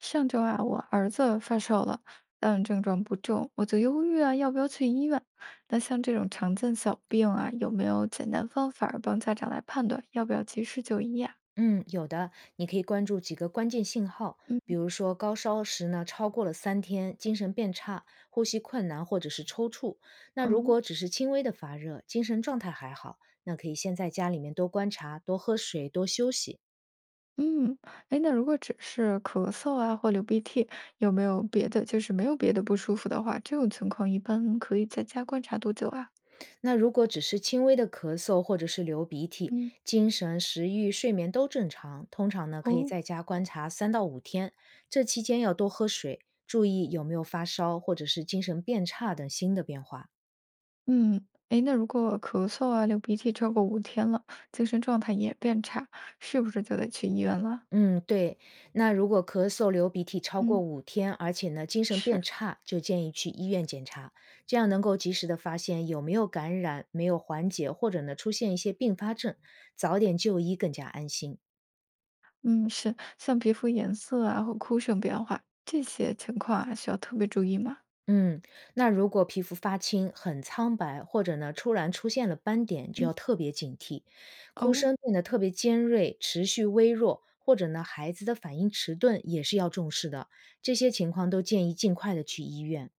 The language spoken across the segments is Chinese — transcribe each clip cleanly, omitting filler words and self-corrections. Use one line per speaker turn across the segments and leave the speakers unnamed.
上周啊，我儿子发烧了，但症状不重，我就犹豫啊，要不要去医院？那像这种常见小病啊，有没有简单方法儿帮家长来判断要不要及时就医呀？
嗯，有的，你可以关注几个关键信号，
嗯，
比如说高烧时呢超过了三天，精神变差，呼吸困难或者是抽搐。那如
哦，
果只是轻微的发热，精神状态还好，那可以先在家里面多观察，多喝水，多休息。
嗯，哎，那如果只是咳嗽啊或流鼻涕，有没有别的，就是没有别的不舒服的话，这种情况一般可以在家观察多久啊？
那如果只是轻微的咳嗽或者是流鼻涕，
嗯，
精神、食欲、睡眠都正常，通常呢可以
哦，
在家观察3到5天，这期间要多喝水，注意有没有发烧或者是精神变差等新的变化。
嗯，哎，那如果咳嗽啊、流鼻涕超过5天了，精神状态也变差，是不是就得去医院了？
嗯，对。那如果咳嗽、流鼻涕超过
嗯。
五天，而且呢精神变
是，
差，就建议去医院检查，这样能够及时的发现有没有感染，没有缓解，或者呢出现一些并发症，早点就医更加安心。
嗯，是，像皮肤颜色啊或哭声变化这些情况啊，需要特别注意吗？
嗯，那如果皮肤发青、很苍白，或者呢突然出现了斑点，就
嗯，
要特别警惕。哭
哦，
声变得特别尖锐、持续微弱，或者呢孩子的反应迟钝，也是要重视的。这些情况都建议尽快的去医院。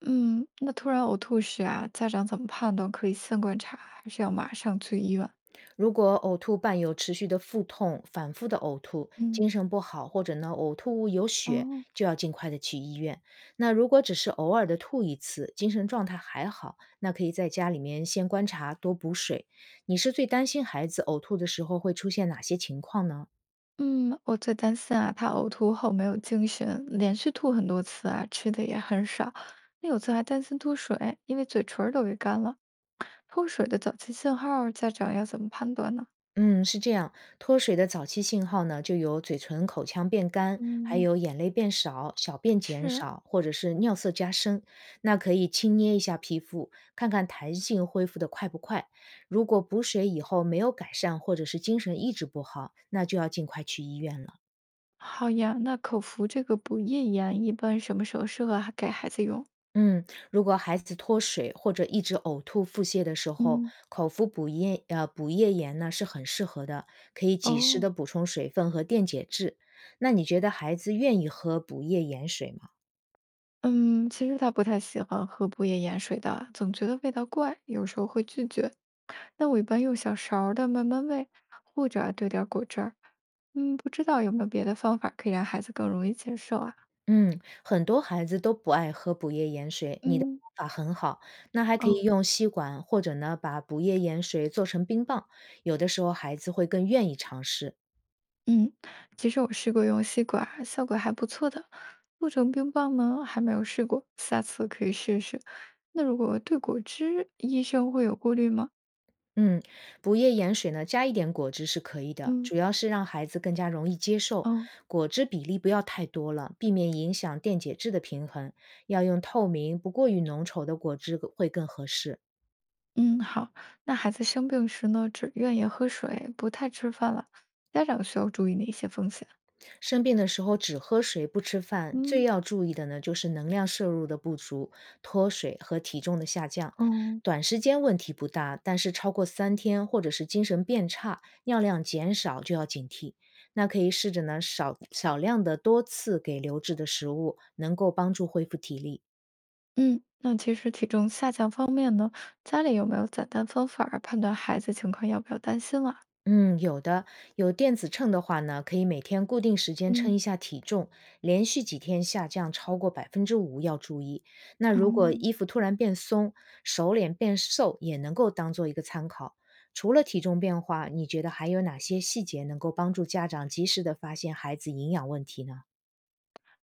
嗯，那突然呕吐时啊，家长怎么判断可以先观察，还是要马上去医院？
如果呕吐伴有持续的腹痛、反复的呕吐、
嗯，
精神不好，或者呢呕吐物有血，
哦，
就要尽快的去医院。那如果只是偶尔的吐一次，精神状态还好，那可以在家里面先观察，多补水。你是最担心孩子呕吐的时候会出现哪些情况呢？
嗯，我最担心啊，他呕吐后没有精神，连续吐很多次啊，吃的也很少。那有次还担心脱水，因为嘴唇儿都给干了。脱水的早期信号，家长要怎么判断呢？
嗯，是这样，脱水的早期信号呢，就有嘴唇、口腔变干，还
嗯，
有眼泪变少、小便减
是。
少，或者是尿色加深。那可以轻捏一下皮肤，看看弹性恢复的快不快。如果补水以后没有改善，或者是精神一直不好，那就要尽快去医院了。
好呀，那口服这个补液盐一般什么时候适合还给孩子用？
嗯，如果孩子脱水或者一直呕吐、腹泻的时候，
嗯，
口服补液盐呢是很适合的，可以及时
哦，
的补充水分和电解质。那你觉得孩子愿意喝补液盐水吗？
嗯，其实他不太喜欢喝补液盐水的，总觉得味道怪，有时候会拒绝。那我一般用小勺儿的慢慢喂，或者啊兑点儿果汁儿。嗯，不知道有没有别的方法可以让孩子更容易接受啊？
嗯，很多孩子都不爱喝补液盐水，你的
嗯，
方法很好。那还可以
哦，
用吸管或者呢把补液盐水做成冰棒，有的时候孩子会更愿意尝试。
嗯，其实我试过用吸管儿效果还不错的。做成冰棒呢，还没有试过，下次可以试试。那如果对果汁，医生会有顾虑吗？
嗯，补液盐水呢，加一点果汁是可以的，
嗯，
主要是让孩子更加容易接受。
哦，
果汁比例不要太多了，避免影响电解质的平衡，要用透明不过于浓稠的果汁会更合适。
嗯，好。那孩子生病时呢，只愿意喝水，不太吃饭了，家长需要注意哪些风险？
生病的时候只喝水不吃饭，最
嗯，
要注意的呢就是能量摄入的不足、脱水和体重的下降。
哦，
短时间问题不大，但是超过三天或者是精神变差、尿量减少就要警惕。那可以试着呢少量的多次给流质的食物，能够帮助恢复体力。
嗯，那其实体重下降方面呢，家里有没有简单方法儿判断孩子情况要不要担心了？
嗯，有的，有电子秤的话呢，可以每天固定时间称
嗯，
一下体重，连续几天下降超过5%要注意。那
哦。
如果衣服突然变松，手脸变瘦，也能够当做一个参考。除了体重变化，你觉得还有哪些细节能够帮助家长及时的发现孩子营养问题呢？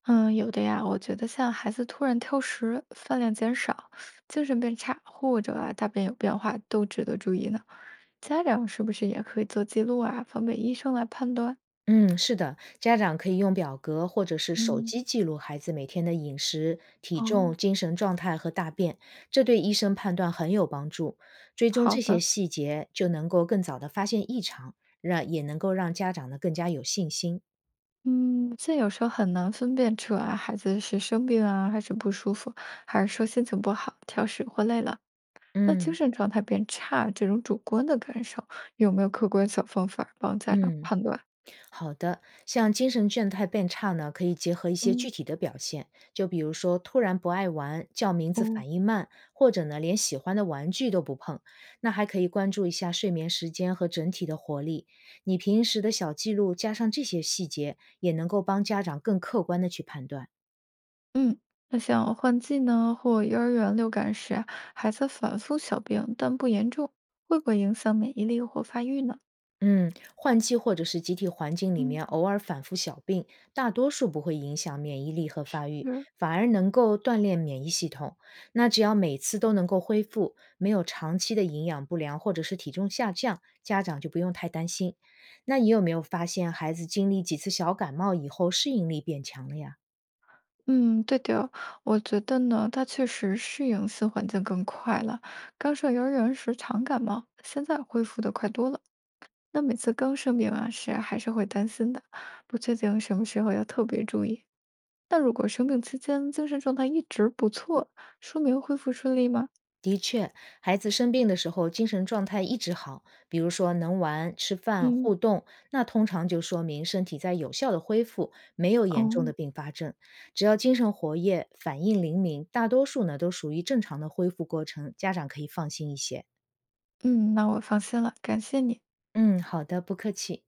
嗯，有的呀，我觉得像孩子突然挑食、饭量减少、精神变差，或者啊大便有变化，都值得注意呢。家长是不是也可以做记录啊，方便医生来判断？
嗯，是的，家长可以用表格或者是手
嗯，
机记录孩子每天的饮食、体
哦，
重、精神状态和大便，这对医生判断很有帮助。追踪
好
这些
的。
细节，就能够更早的发现异常，也能够让家长呢更加有信心。
嗯，这有时候很难分辨出来孩子是生病啊，还是不舒服，还是说心情不好、挑食或累了。那精
嗯
神状态变差这种主观的感受，有没有客观小方法帮家长
嗯。
判断？
好的，像精神状态变差呢，可以结合一些
嗯，
具体的表现，就比如说突然不爱玩、叫名字
哦。
反应慢，或者呢连喜欢的玩具都不碰。那还可以关注一下睡眠时间和整体的活力。你平时的小记录加上这些细节，也能够帮家长更客观的去判断。
嗯，那像换季呢，或幼儿园流感时啊孩子反复小病但不严重，会不会影响免疫力或发育呢？
嗯，换季或者是集体环境里
嗯，
面偶尔反复小病，大多数不会影响免疫力和发育，
是，
反而能够锻炼免疫系统。那只要每次都能够恢复，没有长期的营养不良或者是体重下降，家长就不用太担心。那你有没有发现孩子经历几次小感冒以后适应力变强了呀？
嗯，对的哦我觉得呢，他确实适应新环境更快了。刚上幼儿园时常感冒，现在恢复的快多了。那每次刚生病啊时，还是会担心的，不确定什么时候要特别注意。那如果生病期间精神状态一直不错，说明恢复顺利吗？
的确，孩子生病的时候精神状态一直好，比如说能玩、吃饭、
嗯，
互动，那通常就说明身体在有效的恢复，没有严重的
哦。
并发症。只要精神活跃、反应灵敏，大多数呢都属于正常的恢复过程，家长可以放心一些。
嗯，那我放心了，感谢你。
嗯，好的，不客气。